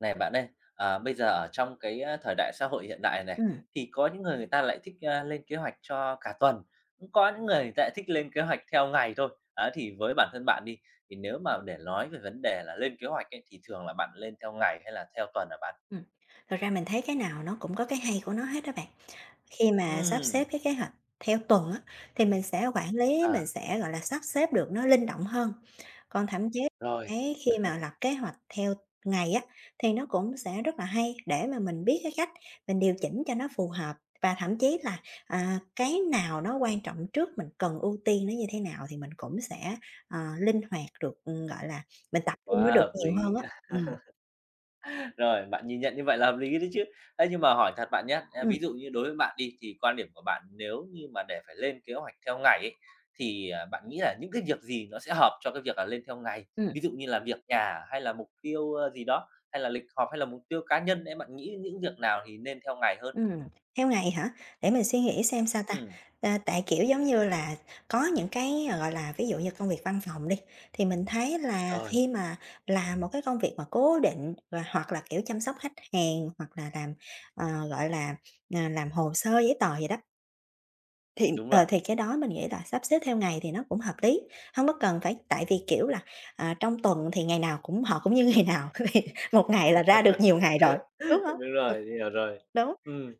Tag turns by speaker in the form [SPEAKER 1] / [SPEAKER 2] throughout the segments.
[SPEAKER 1] Này bạn ơi, bây giờ ở trong cái, thời đại xã hội hiện đại này,
[SPEAKER 2] Ừm,
[SPEAKER 1] thì có những người người ta lại thích, lên kế hoạch cho cả tuần, cũng có những người người ta lại thích lên kế hoạch theo ngày thôi. Á, thì với bản thân bạn đi, thì nếu mà để nói về vấn đề là lên kế hoạch ấy, thì thường là bạn lên theo ngày hay là theo tuần hả bạn?
[SPEAKER 2] ừm. Thật ra mình thấy cái nào nó cũng có cái hay của nó hết đó bạn. Khi mà sắp
[SPEAKER 1] Ừm,
[SPEAKER 2] xếp cái kế hoạch theo tuần á, thì mình sẽ quản lý,
[SPEAKER 1] à,
[SPEAKER 2] mình sẽ, gọi là, sắp xếp được nó linh động hơn. Còn thậm chí
[SPEAKER 1] rồi,
[SPEAKER 2] cái khi mà lập kế hoạch theo ngày á, thì nó cũng sẽ rất là hay để mà mình biết cái cách mình điều chỉnh cho nó phù hợp và thậm chí là, cái nào nó quan trọng trước, mình cần ưu tiên nó như thế nào thì mình cũng sẽ, linh hoạt được, gọi là, mình tập trung nó
[SPEAKER 1] quá
[SPEAKER 2] được
[SPEAKER 1] hợp
[SPEAKER 2] nhiều hơn
[SPEAKER 1] lý.
[SPEAKER 2] á. Ừm,
[SPEAKER 1] Rồi, bạn nhìn nhận như vậy là hợp lý đấy chứ. Ấy, nhưng mà hỏi thật bạn nhé
[SPEAKER 2] ừm.
[SPEAKER 1] ví dụ như đối với bạn đi thì quan điểm của bạn nếu như mà để phải lên kế hoạch theo ngày ấy, thì, bạn nghĩ là những cái việc gì nó sẽ hợp cho cái việc là lên theo ngày?
[SPEAKER 2] Ừm.
[SPEAKER 1] Ví dụ như là việc nhà hay là mục tiêu, gì đó, hay là lịch họp hay là mục tiêu cá nhân ấy, bạn nghĩ những việc nào thì nên theo ngày hơn?
[SPEAKER 2] Ừm, theo ngày hả? Để mình suy nghĩ xem sao ta?
[SPEAKER 1] Ừm,
[SPEAKER 2] Kiểu, giống như là, có những cái, gọi là, ví dụ như công việc văn phòng đi, thì mình thấy là
[SPEAKER 1] rồi,
[SPEAKER 2] khi mà làm một cái công việc mà cố định và hoặc là, kiểu, chăm sóc khách hàng, hoặc là làm, ờ, gọi là, làm hồ sơ giấy tờ gì đó, thì,
[SPEAKER 1] đúng rồi,
[SPEAKER 2] thì cái đó mình nghĩ là sắp xếp theo ngày thì nó cũng hợp lý, không có cần phải tại vì, kiểu là, trong tuần thì ngày nào cũng họ cũng như ngày nào, thì một ngày là ra được nhiều ngày rồi, đúng không?
[SPEAKER 1] đúng
[SPEAKER 2] Ừm,
[SPEAKER 1] rồi, hiểu rồi.
[SPEAKER 2] đúng,
[SPEAKER 1] Ừm.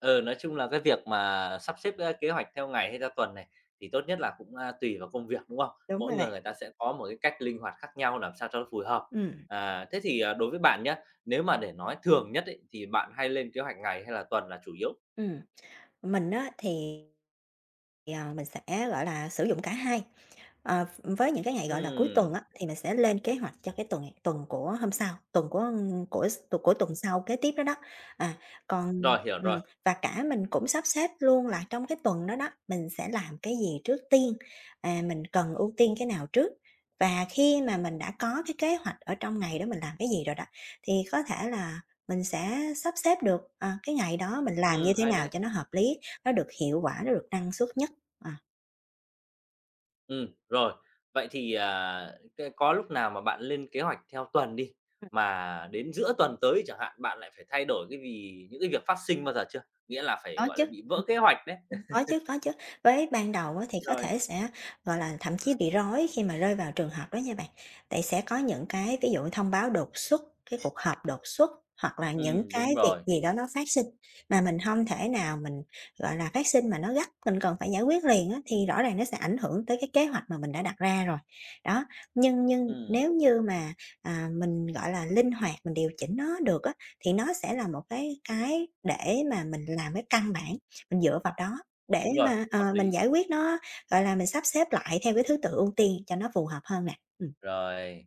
[SPEAKER 1] Ừ, nói chung là cái việc mà sắp xếp, kế hoạch theo ngày hay theo tuần này thì tốt nhất là cũng, tùy vào công việc, đúng không?
[SPEAKER 2] đúng
[SPEAKER 1] Mỗi
[SPEAKER 2] rồi
[SPEAKER 1] người
[SPEAKER 2] bạn,
[SPEAKER 1] người ta sẽ có một cái cách linh hoạt khác nhau làm sao cho nó phù hợp.
[SPEAKER 2] ừm.
[SPEAKER 1] À, thế thì, đối với bạn nhé, nếu mà để nói thường nhất ấy, thì bạn hay lên kế hoạch ngày hay là tuần là chủ yếu?
[SPEAKER 2] Ừm, mình á thì, ờ, mình sẽ, gọi là, sử dụng cả hai. Ờ, với những cái ngày, gọi là, cuối
[SPEAKER 1] Ừm,
[SPEAKER 2] tuần á, thì mình sẽ lên kế hoạch cho cái tuần tuần của hôm sau, tuần của s của tuần sau kế tiếp đó đó. À, còn
[SPEAKER 1] rồi, hiểu rồi.
[SPEAKER 2] và cả mình cũng sắp xếp luôn là trong cái tuần đó đó, mình sẽ làm cái gì trước tiên, mình cần ưu tiên cái nào trước. Và khi mà mình đã có cái kế hoạch ở trong ngày đó mình làm cái gì rồi đó, thì có thể là mình sẽ sắp xếp được, cái ngày đó mình làm như thế
[SPEAKER 1] Hay
[SPEAKER 2] nào
[SPEAKER 1] đấy.
[SPEAKER 2] cho nó hợp lý, nó được hiệu quả, nó được năng suất nhất. À.
[SPEAKER 1] Rồi. Vậy thì, cái có lúc nào mà bạn lên kế hoạch theo tuần đi,
[SPEAKER 2] Ừm,
[SPEAKER 1] mà đến giữa tuần tới chẳng hạn, bạn lại phải thay đổi cái vì những cái việc phát sinh bao giờ chưa? Nghĩa là phải,
[SPEAKER 2] có
[SPEAKER 1] gọi là,
[SPEAKER 2] chứ.
[SPEAKER 1] bị vỡ kế hoạch đấy.
[SPEAKER 2] Có chứ. Với ban đầu á thì có
[SPEAKER 1] Rồi,
[SPEAKER 2] thể sẽ, gọi là, thậm chí bị rối khi mà rơi vào trường hợp đó nha bạn. Tại sẽ có những cái ví dụ thông báo đột xuất, cái cuộc họp đột xuất, hoặc là những cái
[SPEAKER 1] đúng
[SPEAKER 2] việc
[SPEAKER 1] rồi,
[SPEAKER 2] gì đó nó phát sinh mà mình không thể nào mình, gọi là, phát sinh mà nó gấp, mình cần phải giải quyết liền á, thì rõ ràng nó sẽ ảnh hưởng tới cái kế hoạch mà mình đã đặt ra rồi. Đó, nhưng
[SPEAKER 1] ừm,
[SPEAKER 2] nếu như mà, mình, gọi là, linh hoạt, mình điều chỉnh nó được á, thì nó sẽ là một cái để mà mình làm cái căn bản, mình dựa vào đó để
[SPEAKER 1] đúng rồi,
[SPEAKER 2] mà,
[SPEAKER 1] hợp
[SPEAKER 2] mình
[SPEAKER 1] lý.
[SPEAKER 2] giải quyết nó, gọi là, mình sắp xếp lại theo cái thứ tự ưu tiên cho nó phù hợp hơn nè. Ừm.
[SPEAKER 1] Rồi,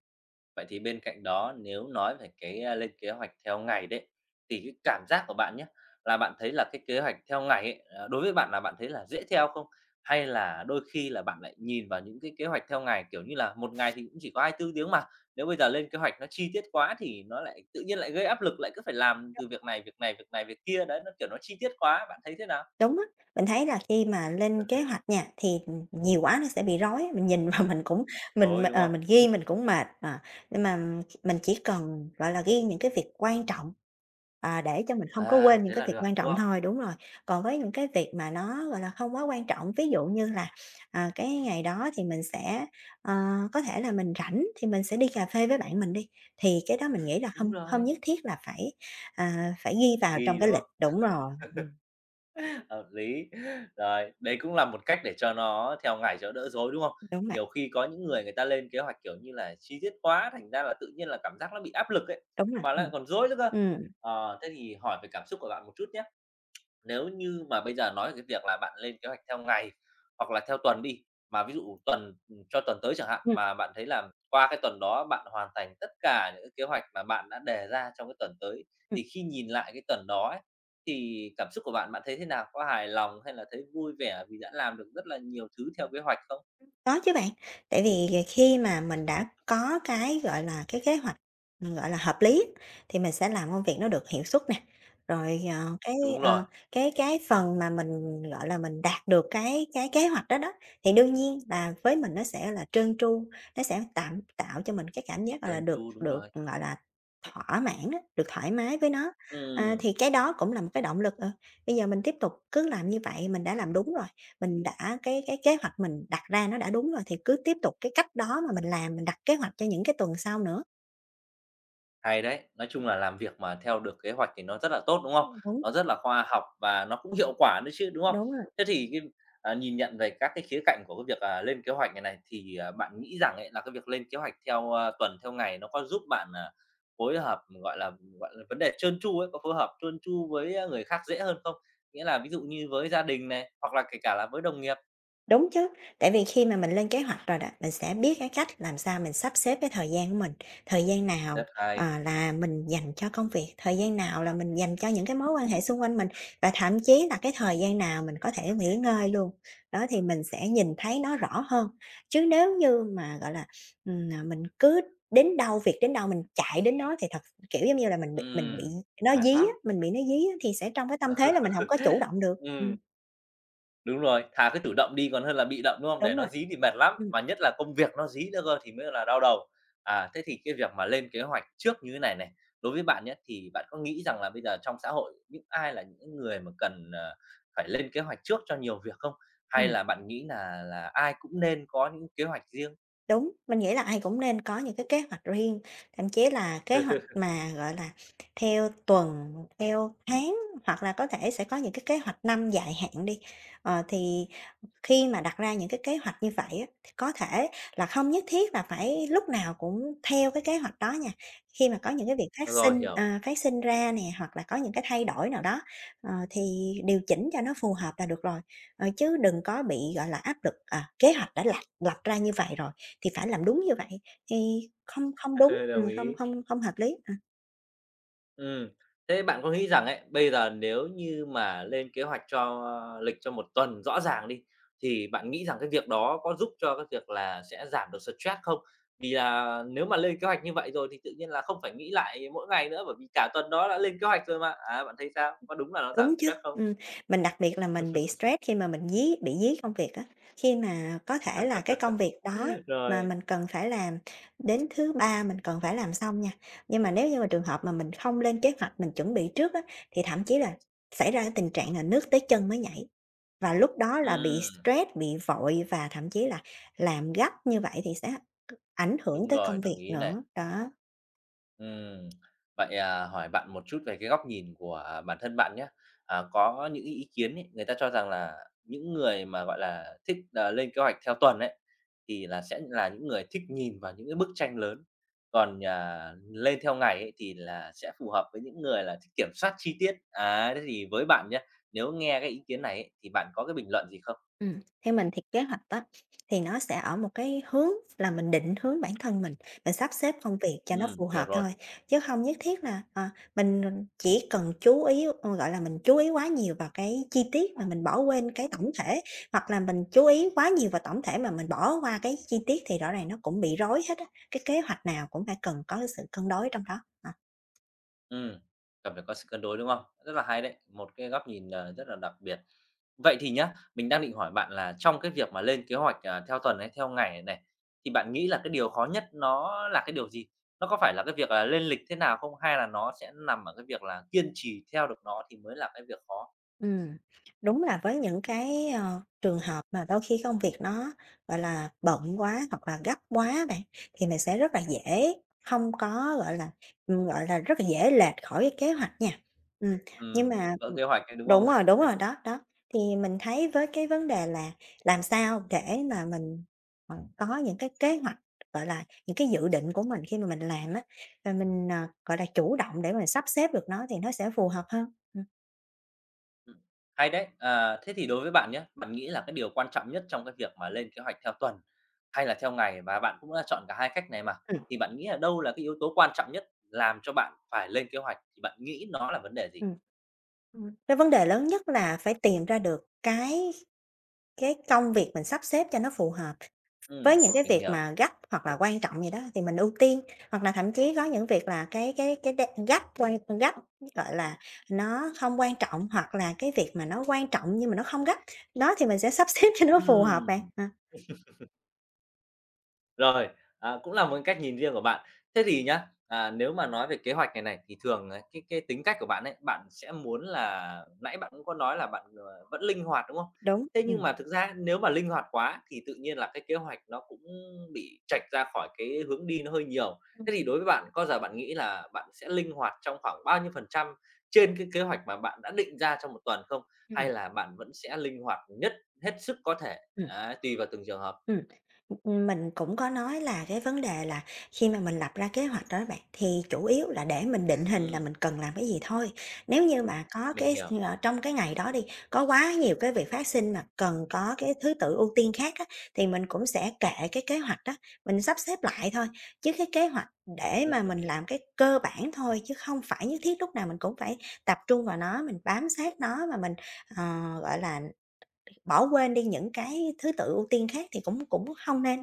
[SPEAKER 1] vậy thì bên cạnh đó nếu nói về cái, lên kế hoạch theo ngày đấy, thì cái cảm giác của bạn nhá, là bạn thấy là cái kế hoạch theo ngày ấy, đối với bạn là bạn thấy là dễ theo không? Hay là đôi khi là bạn lại nhìn vào những cái kế hoạch theo ngày, kiểu như là, một ngày thì cũng chỉ có 24 tiếng mà, nếu bây giờ lên kế hoạch nó chi tiết quá thì nó lại tự nhiên lại gây áp lực, lại cứ phải làm từ việc này, việc này, việc này, việc kia, đấy, nó, kiểu, nó chi tiết quá, bạn thấy thế nào?
[SPEAKER 2] Đúng á, mình thấy là khi mà lên kế hoạch nha, thì, nhiều quá nó sẽ bị rối, mình nhìn vào mình cũng mình
[SPEAKER 1] Rồi, đúng không?
[SPEAKER 2] mình ghi mình cũng mệt, nhưng mà mình chỉ cần, gọi là, ghi những cái việc quan trọng, để cho mình không có
[SPEAKER 1] À,
[SPEAKER 2] quên những
[SPEAKER 1] thế
[SPEAKER 2] cái
[SPEAKER 1] là
[SPEAKER 2] việc
[SPEAKER 1] được,
[SPEAKER 2] quan
[SPEAKER 1] đúng
[SPEAKER 2] trọng
[SPEAKER 1] không?
[SPEAKER 2] thôi, đúng rồi. Còn với những cái việc mà nó, gọi là, không quá quan trọng, ví dụ như là, cái ngày đó thì mình sẽ, ờ, có thể là mình rảnh thì mình sẽ đi cà phê với bạn mình đi, thì cái đó mình nghĩ là
[SPEAKER 1] Đúng
[SPEAKER 2] không không
[SPEAKER 1] rồi.
[SPEAKER 2] nhất thiết là phải, phải ghi vào trong
[SPEAKER 1] Ghi,
[SPEAKER 2] cái
[SPEAKER 1] đúng
[SPEAKER 2] lịch
[SPEAKER 1] không?
[SPEAKER 2] đúng rồi,
[SPEAKER 1] Hợp lý. Rồi, đấy cũng là một cách để cho nó theo ngày cho đỡ rối, đúng không?
[SPEAKER 2] đúng bạn.
[SPEAKER 1] Nhiều khi có những người người ta lên kế hoạch, kiểu như là, chi tiết quá, thành ra là tự nhiên là cảm giác nó bị áp lực ấy,
[SPEAKER 2] Đúng rồi,
[SPEAKER 1] mà lại còn rối nữa cơ.
[SPEAKER 2] ừm,
[SPEAKER 1] Thế thì hỏi về cảm xúc của bạn một chút nhé. Nếu như mà bây giờ nói về cái việc là bạn lên kế hoạch theo ngày hoặc là theo tuần đi, mà ví dụ tuần cho tuần tới chẳng hạn,
[SPEAKER 2] ừm,
[SPEAKER 1] mà bạn thấy là qua cái tuần đó bạn hoàn thành tất cả những cái kế hoạch mà bạn đã đề ra trong cái tuần tới,
[SPEAKER 2] ừm,
[SPEAKER 1] thì khi nhìn lại cái tuần đó ấy, thì cảm xúc của bạn, bạn thấy thế nào? Có hài lòng hay là thấy vui vẻ vì đã làm được rất là nhiều thứ theo kế hoạch không?
[SPEAKER 2] có chứ bạn. Tại vì khi mà mình đã có cái, gọi là, cái kế hoạch, gọi là, hợp lý á, thì mình sẽ làm công việc nó được hiệu suất nè. Rồi,
[SPEAKER 1] Đúng rồi,
[SPEAKER 2] ờ, cái phần mà mình, gọi là, mình đạt được cái kế hoạch đó đó, thì đương nhiên là với mình nó sẽ là trơn tru, nó sẽ tạo cho mình cái cảm giác, gọi là,
[SPEAKER 1] trơn
[SPEAKER 2] được
[SPEAKER 1] tru, đúng rồi.
[SPEAKER 2] được, gọi là, thỏa mãn á, được thoải mái với nó. Ờ,
[SPEAKER 1] Ừm.
[SPEAKER 2] thì cái đó cũng là một cái động lực, bây giờ mình tiếp tục cứ làm như vậy, mình đã làm đúng rồi. Mình đã cái kế hoạch mình đặt ra nó đã đúng rồi thì cứ tiếp tục cái cách đó mà mình làm, mình đặt kế hoạch cho những cái tuần sau nữa.
[SPEAKER 1] Hay đấy, nói chung là làm việc mà theo được kế hoạch thì nó rất là tốt, đúng không?
[SPEAKER 2] Đúng,
[SPEAKER 1] Nó rất là khoa học và nó cũng hiệu quả nữa chứ, đúng không?
[SPEAKER 2] đúng rồi.
[SPEAKER 1] Thế thì cái, nhìn nhận về các cái khía cạnh của cái việc, lên kế hoạch này này, thì, bạn nghĩ rằng ấy là cái việc lên kế hoạch theo, tuần, theo ngày nó có giúp bạn, phối hợp, gọi là, vấn đề trơn tru ấy, có phối hợp trơn tru với, người khác dễ hơn không? Nghĩa là ví dụ như với gia đình này, hoặc là kể cả là với đồng nghiệp?
[SPEAKER 2] Đúng chứ, tại vì khi mà mình lên kế hoạch rồi đó, mình sẽ biết cái cách làm sao mình sắp xếp cái thời gian của mình, thời gian nào,
[SPEAKER 1] Rất hay,
[SPEAKER 2] là mình dành cho công việc, thời gian nào là mình dành cho những cái mối quan hệ xung quanh mình, và thậm chí là cái thời gian nào mình có thể nghỉ ngơi luôn. Đó, thì mình sẽ nhìn thấy nó rõ hơn, chứ nếu như mà, gọi là, mình cứ đến đâu, việc đến đâu mình chạy đến đó thì thật kiểu, giống như là, mình bị
[SPEAKER 1] ừm,
[SPEAKER 2] nó
[SPEAKER 1] mệt
[SPEAKER 2] dí á,
[SPEAKER 1] lắm.
[SPEAKER 2] mình bị nó dí á, thì sẽ trong cái tâm thế là mình không có chủ động được.
[SPEAKER 1] Ừm. Đúng rồi, thà cứ chủ động đi còn hơn là bị động, đúng không? Để
[SPEAKER 2] Đúng rồi,
[SPEAKER 1] nó dí thì mệt lắm,
[SPEAKER 2] ừm.
[SPEAKER 1] mà nhất là công việc nó dí nữa cơ thì mới là đau đầu. À, thế thì cái việc mà lên kế hoạch trước như thế này này, đối với bạn nhé thì bạn có nghĩ rằng là bây giờ trong xã hội những ai là những người mà cần, phải lên kế hoạch trước cho nhiều việc không? Hay
[SPEAKER 2] Ừm.
[SPEAKER 1] là bạn nghĩ là ai cũng nên có những kế hoạch riêng?
[SPEAKER 2] Đúng, mình nghĩ là ai cũng nên có những cái kế hoạch riêng, thậm chí là kế hoạch mà, gọi là, theo tuần, theo tháng, hoặc là có thể sẽ có những cái kế hoạch năm dài hạn đi. Ờ, thì khi mà đặt ra những cái kế hoạch như vậy á, thì có thể là không nhất thiết là phải lúc nào cũng theo cái kế hoạch đó nha. Khi mà có những cái việc phát
[SPEAKER 1] Rồi,
[SPEAKER 2] sinh,
[SPEAKER 1] hiểu.
[SPEAKER 2] phát sinh ra nè, hoặc là có những cái thay đổi nào đó, thì điều chỉnh cho nó phù hợp là được rồi. Ờ, chứ đừng có bị, gọi là, áp lực, kế hoạch đã lập ra như vậy rồi thì phải làm đúng như vậy, thì không không đúng,
[SPEAKER 1] Đồng
[SPEAKER 2] không
[SPEAKER 1] ý.
[SPEAKER 2] không không hợp lý. Ờ.
[SPEAKER 1] Ừ, thế bạn có nghĩ rằng ấy, bây giờ nếu như mà lên kế hoạch cho lịch cho một tuần rõ ràng đi, thì bạn nghĩ rằng cái việc đó có giúp cho cái việc là sẽ giảm được stress không? Vì là nếu mà lên kế hoạch như vậy rồi thì tự nhiên là không phải nghĩ lại mỗi ngày nữa, bởi vì cả tuần đó đã lên kế hoạch rồi mà. À, bạn thấy sao? Có đúng là nó giảm
[SPEAKER 2] Đúng chứ,
[SPEAKER 1] stress không?
[SPEAKER 2] mình đặc biệt là mình bị stress khi mà mình dí bị dí công việc á, khi mà có thể là cái công việc đó mà
[SPEAKER 1] Rồi,
[SPEAKER 2] mình cần phải làm đến thứ Ba mình cần phải làm xong nha, nhưng mà nếu như mà trường hợp mà mình không lên kế hoạch, mình chuẩn bị trước á, thì thậm chí là xảy ra cái tình trạng là nước tới chân mới nhảy, và lúc đó là bị
[SPEAKER 1] ừ,
[SPEAKER 2] stress, bị vội và thậm chí là làm gấp như vậy thì sẽ ảnh hưởng
[SPEAKER 1] đúng
[SPEAKER 2] tới
[SPEAKER 1] rồi,
[SPEAKER 2] công
[SPEAKER 1] đồng
[SPEAKER 2] việc
[SPEAKER 1] ý này.
[SPEAKER 2] nữa, đó.
[SPEAKER 1] Ừm, vậy, hỏi bạn một chút về cái góc nhìn của bản thân bạn nhé. À, có những ý kiến ấy, người ta cho rằng là những người mà, gọi là, thích, lên kế hoạch theo tuần ấy, thì là sẽ là những người thích nhìn vào những cái bức tranh lớn, còn, lên theo ngày ấy thì là sẽ phù hợp với những người là thích kiểm soát chi tiết. Á, thế thì với bạn nhé, nếu nghe cái ý kiến này ấy, thì bạn có cái bình luận gì không?
[SPEAKER 2] Theo mình thì kế hoạch á, thì nó sẽ ở một cái hướng là mình định hướng bản thân mình sắp xếp công việc cho nó phù
[SPEAKER 1] Hiểu
[SPEAKER 2] hợp
[SPEAKER 1] rồi.
[SPEAKER 2] thôi, chứ không nhất thiết là, mình chỉ cần chú ý gọi là, mình chú ý quá nhiều vào cái chi tiết mà mình bỏ quên cái tổng thể, hoặc là mình chú ý quá nhiều vào tổng thể mà mình bỏ qua cái chi tiết thì rõ ràng nó cũng bị rối hết á, cái kế hoạch nào cũng phải cần có cái sự cân đối trong đó, ờ.
[SPEAKER 1] Ừ, cần phải có sự cân đối, đúng không? Rất là hay đấy, một cái góc nhìn, rất là đặc biệt. Vậy thì nhá, mình đang định hỏi bạn là trong cái việc mà lên kế hoạch, theo tuần hay theo ngày này, thì bạn nghĩ là cái điều khó nhất nó là cái điều gì? Nó có phải là cái việc là lên lịch thế nào không? Hay là nó sẽ nằm ở cái việc là kiên trì theo được nó thì mới là cái việc khó?
[SPEAKER 2] Ừm, đúng là với những cái, trường hợp mà đôi khi công việc nó, gọi là, bận quá hoặc là gấp quá bạn, thì mình sẽ rất là dễ không có, gọi là, rất là dễ lệch khỏi cái kế hoạch nha. Ừm,
[SPEAKER 1] Ừ,
[SPEAKER 2] nhưng mà
[SPEAKER 1] bị vỡ kế hoạch đấy, đúng
[SPEAKER 2] đúng
[SPEAKER 1] không?
[SPEAKER 2] rồi, đó, đó, thì mình thấy với cái vấn đề là làm sao để mà mình, có những cái kế hoạch, gọi là, những cái dự định của mình khi mà mình làm á, và mình, gọi là, chủ động để mà sắp xếp được nó thì nó sẽ phù hợp hơn.
[SPEAKER 1] Ừm, hay đấy. À, thế thì đối với bạn nhé, bạn nghĩ là cái điều quan trọng nhất trong cái việc mà lên kế hoạch theo tuần hay là theo ngày và bạn cũng đã chọn cả hai cách này mà,
[SPEAKER 2] Ừm.
[SPEAKER 1] thì bạn nghĩ là đâu là cái yếu tố quan trọng nhất làm cho bạn phải lên kế hoạch, thì bạn nghĩ nó là vấn đề gì?
[SPEAKER 2] Ừm. Cái vấn đề lớn nhất là phải tìm ra được cái công việc mình sắp xếp cho nó phù hợp. Với
[SPEAKER 1] Ừm,
[SPEAKER 2] những cái
[SPEAKER 1] mình
[SPEAKER 2] việc
[SPEAKER 1] hiểu.
[SPEAKER 2] mà gấp hoặc là quan trọng gì đó thì mình ưu tiên, hoặc là thậm chí có những việc là cái đe gấp quan gấp, gọi là, nó không quan trọng hoặc là cái việc mà nó quan trọng nhưng mà nó không gấp, đó thì mình sẽ sắp xếp cho nó phù hợp bạn.
[SPEAKER 1] Ừm. Rồi, cũng là một cái cách nhìn riêng của bạn. Thế thì nhá, nếu mà nói về kế hoạch này này thì thường ấy, cái tính cách của bạn ấy, bạn sẽ muốn là nãy bạn cũng có nói là bạn, vẫn linh hoạt, đúng không?
[SPEAKER 2] Đúng,
[SPEAKER 1] Thế nhưng mà thực ra nếu mà linh hoạt quá thì tự nhiên là cái kế hoạch nó cũng bị chệch ra khỏi cái hướng đi nó hơi nhiều.
[SPEAKER 2] Ừm,
[SPEAKER 1] Thế thì đối với bạn, có giờ bạn nghĩ là bạn sẽ linh hoạt trong khoảng bao nhiêu phần trăm trên cái kế hoạch mà bạn đã định ra trong một tuần không? Hay là bạn vẫn sẽ linh hoạt nhất hết sức có thể?
[SPEAKER 2] Ừm.
[SPEAKER 1] Đấy, tùy vào từng trường hợp.
[SPEAKER 2] Ừm, ừm, mình cũng có nói là cái vấn đề là khi mà mình lập ra kế hoạch đó bạn, thì chủ yếu là để mình định hình là
[SPEAKER 1] Ừm,
[SPEAKER 2] mình cần làm cái gì thôi. Nếu như mà có
[SPEAKER 1] mình
[SPEAKER 2] cái
[SPEAKER 1] hiểu.
[SPEAKER 2] trong cái ngày đó đi, có quá nhiều cái việc phát sinh mà cần có cái thứ tự ưu tiên khác á, thì mình cũng sẽ kệ cái kế hoạch đó, mình sắp xếp lại thôi. Chứ cái kế hoạch để mà mình làm cái cơ bản thôi, chứ không phải nhất thiết lúc nào mình cũng phải tập trung vào nó, mình bám sát nó mà mình, ờ, gọi là bỏ quên đi những cái thứ tự ưu tiên khác thì cũng cũng không nên.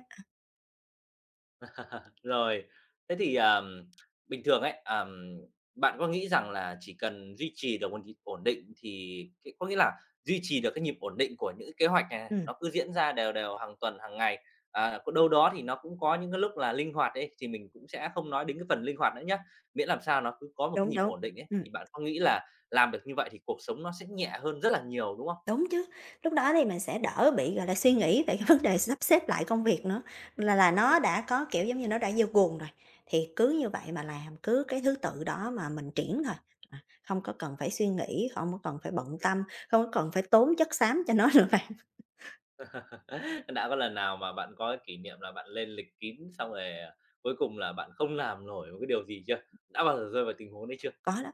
[SPEAKER 1] Rồi, thế thì, bình thường ấy, bạn có nghĩ rằng là chỉ cần duy trì được một nhịp ổn định thì cái có nghĩa là duy trì được cái nhịp ổn định của những cái kế hoạch này này,
[SPEAKER 2] Ừm,
[SPEAKER 1] nó cứ diễn ra đều đều hàng tuần, hàng ngày, có đâu đó thì nó cũng có những cái lúc là linh hoạt ấy, thì mình cũng sẽ không nói đến cái phần linh hoạt nữa nhé, miễn làm sao nó cứ có một cái
[SPEAKER 2] đúng,
[SPEAKER 1] nhịp
[SPEAKER 2] đúng,
[SPEAKER 1] ổn định ấy,
[SPEAKER 2] ừm,
[SPEAKER 1] thì bạn có nghĩ là làm được như vậy thì cuộc sống nó sẽ nhẹ hơn rất là nhiều, đúng không?
[SPEAKER 2] đúng chứ. Lúc đó thì mình sẽ đỡ bị, gọi là, suy nghĩ về cái vấn đề sắp xếp lại công việc nữa, là nó đã có, kiểu, giống như, nó đã vô guồng rồi, thì cứ như vậy mà làm, cứ cái thứ tự đó mà mình triển thôi, à, không có cần phải suy nghĩ, không có cần phải bận tâm, không có cần phải tốn chất xám cho nó nữa bạn.
[SPEAKER 1] Đã có lần nào mà bạn có cái kỷ niệm là bạn lên lịch kín xong rồi, cuối cùng là bạn không làm nổi một cái điều gì chưa? Đã bao giờ rơi vào tình huống đấy chưa?
[SPEAKER 2] Có đó,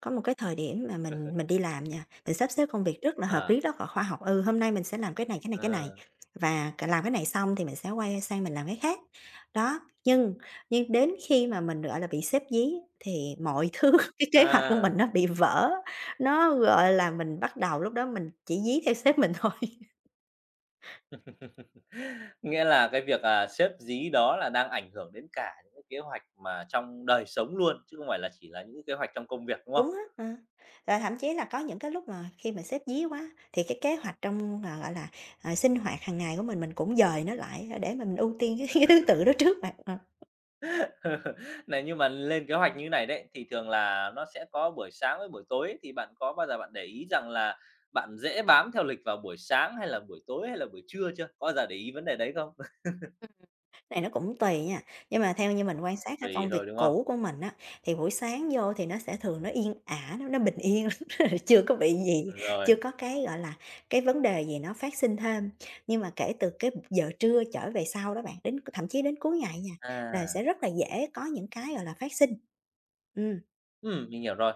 [SPEAKER 2] có một cái thời điểm mà mình đi làm nha, mình sắp xếp công việc rất là hợp
[SPEAKER 1] Ờ,
[SPEAKER 2] lý, rất là khoa học. Ừ, hôm nay mình sẽ làm cái này, cái này, cái này
[SPEAKER 1] ờ,
[SPEAKER 2] và cả làm cái này xong thì mình sẽ quay sang mình làm cái khác. Đó, nhưng đến khi mà mình, gọi là, bị sếp dí thì mọi thứ cái kế hoạch của mình
[SPEAKER 1] à,
[SPEAKER 2] nó bị vỡ, nó, gọi là, mình bắt đầu lúc đó mình chỉ dí theo sếp mình thôi.
[SPEAKER 1] nghĩa là cái việc, xếp dí đó là đang ảnh hưởng đến cả những cái kế hoạch mà trong đời sống luôn, chứ không phải là chỉ là những kế hoạch trong công việc, đúng
[SPEAKER 2] Đúng
[SPEAKER 1] không?
[SPEAKER 2] á, ờ. Rồi thậm chí là có những cái lúc mà khi mà sếp dí quá thì cái kế hoạch trong, gọi là, sinh hoạt hàng ngày của mình cũng dời nó lại để mà mình ưu tiên cái cái thứ tự đó trước bạn, ờ.
[SPEAKER 1] Này, nhưng mà lên kế hoạch như này đấy, thì thường là nó sẽ có buổi sáng với buổi tối, thì bạn có bao giờ bạn để ý rằng là bạn dễ bám theo lịch vào buổi sáng hay là buổi tối hay là buổi trưa chưa? Có bao giờ để ý vấn đề đấy không?
[SPEAKER 2] Này nó cũng tùy nha, nhưng mà theo như mình quan sát ở
[SPEAKER 1] Tùy
[SPEAKER 2] công việc
[SPEAKER 1] thôi, đúng không?
[SPEAKER 2] cũ của mình á, thì buổi sáng vô thì nó sẽ thường nó yên ả, nó bình yên lắm, chưa có bị gì, chưa
[SPEAKER 1] Rồi,
[SPEAKER 2] có cái, gọi là, cái vấn đề gì nó phát sinh thêm. Nhưng mà kể từ cái giờ trưa trở về sau đó bạn, đến thậm chí đến cuối ngày nha, là sẽ
[SPEAKER 1] à,
[SPEAKER 2] rất là dễ có những cái, gọi là, phát sinh. Ừ.
[SPEAKER 1] mình hiểu rồi.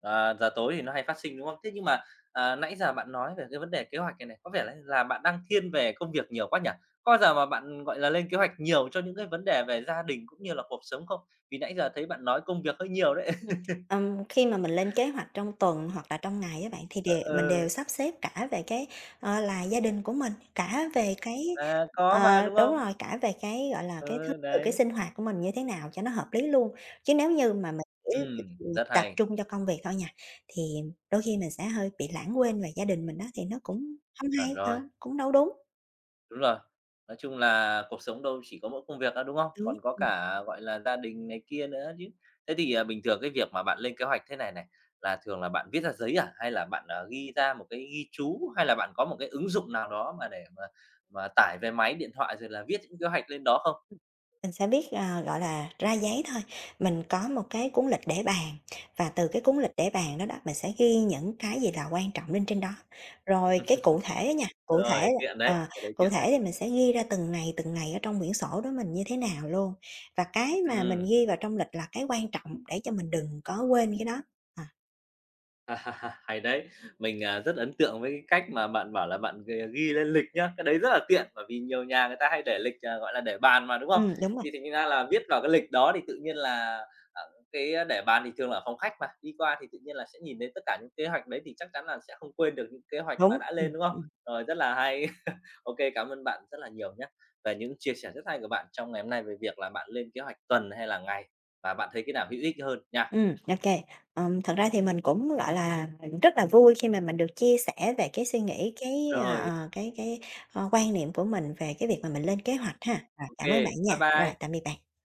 [SPEAKER 1] À, giờ tối thì nó hay phát sinh, đúng không? Thế nhưng mà, nãy giờ bạn nói về cái vấn đề kế hoạch này này, có vẻ là bạn đang thiên về công việc nhiều quá nhỉ? Có bao giờ mà bạn, gọi là, lên kế hoạch nhiều cho những cái vấn đề về gia đình cũng như là cuộc sống không? Vì nãy giờ thấy bạn nói công việc hơi nhiều đấy.
[SPEAKER 2] Ừm, khi mà mình lên kế hoạch trong tuần hoặc là trong ngày các bạn, thì
[SPEAKER 1] Ờ,
[SPEAKER 2] đều mình đều
[SPEAKER 1] ừ,
[SPEAKER 2] sắp xếp cả về cái, là gia đình của mình, cả về cái
[SPEAKER 1] có mà, đúng
[SPEAKER 2] đúng
[SPEAKER 1] không?
[SPEAKER 2] rồi, cả về cái, gọi là, cái thứ
[SPEAKER 1] Ừ,
[SPEAKER 2] tự cái
[SPEAKER 1] đấy,
[SPEAKER 2] sinh hoạt của mình như thế nào cho nó hợp lý luôn. Chứ nếu như mà mình chỉ
[SPEAKER 1] rất
[SPEAKER 2] tập
[SPEAKER 1] hay,
[SPEAKER 2] trung cho công việc thôi nha, thì đôi khi mình sẽ hơi bị lãng quên về gia đình mình đó thì nó cũng không
[SPEAKER 1] chuẩn
[SPEAKER 2] hay, ờ,
[SPEAKER 1] rồi.
[SPEAKER 2] cũng đâu đúng.
[SPEAKER 1] Đúng rồi. Nói chung là cuộc sống đâu chỉ có mỗi công việc đâu, đúng không? Còn có cả, gọi là, gia đình này kia nữa chứ. Thế thì, bình thường cái việc mà bạn lên kế hoạch thế này này, là thường là bạn viết ra giấy à? Hay là bạn, ghi ra một cái ghi chú? Hay là bạn có một cái ứng dụng nào đó mà để mà tải về máy điện thoại rồi là viết những kế hoạch lên đó không?
[SPEAKER 2] Mình sẽ biết, ờ, gọi là, ra giấy thôi, mình có một cái cuốn lịch để bàn và từ cái cuốn lịch để bàn đó đó, mình sẽ ghi những cái gì là quan trọng lên trên đó. Rồi cái cụ thể á nha, cụ thể
[SPEAKER 1] Rồi,
[SPEAKER 2] là
[SPEAKER 1] tiện đấy, cái đấy
[SPEAKER 2] cụ
[SPEAKER 1] tiện
[SPEAKER 2] thể
[SPEAKER 1] đấy.
[SPEAKER 2] thì mình sẽ ghi ra từng ngày ở trong quyển sổ đó mình như thế nào luôn. Và cái mà mình
[SPEAKER 1] Ừ.
[SPEAKER 2] ghi vào trong lịch là cái quan trọng để cho mình đừng có quên cái đó. À,
[SPEAKER 1] À, hay đấy. Mình, rất ấn tượng với cái cách mà bạn bảo là bạn ghi lên lịch nhá, cái đấy rất là tiện, bởi vì nhiều nhà người ta hay để lịch, gọi là, để bàn mà, đúng không?
[SPEAKER 2] đúng rồi,
[SPEAKER 1] Thì thành ra là viết vào cái lịch đó thì tự nhiên là, à, cái để bàn thì thường là ở phòng khách mà, đi qua thì tự nhiên là sẽ nhìn thấy tất cả những kế hoạch đấy thì chắc chắn là sẽ không quên được những kế hoạch mà
[SPEAKER 2] đúng,
[SPEAKER 1] đã
[SPEAKER 2] ừm,
[SPEAKER 1] lên, đúng không?
[SPEAKER 2] ừm.
[SPEAKER 1] Rồi, rất là hay. OK, cảm ơn bạn rất là nhiều nhé về những chia sẻ rất hay của bạn trong ngày hôm nay về việc là bạn lên kế hoạch tuần hay là ngày và bạn thấy cái nào hữu ích hơn nha.
[SPEAKER 2] Ok. Thật ra thì mình cũng, gọi là, rất là vui khi mà mình được chia sẻ về cái suy nghĩ, cái,
[SPEAKER 1] Rồi,
[SPEAKER 2] quan niệm của mình về cái việc mà mình lên kế hoạch ha. Rồi,
[SPEAKER 1] OK,
[SPEAKER 2] cảm ơn bạn nha.
[SPEAKER 1] bye
[SPEAKER 2] Rồi,
[SPEAKER 1] bye.
[SPEAKER 2] tạm biệt bạn.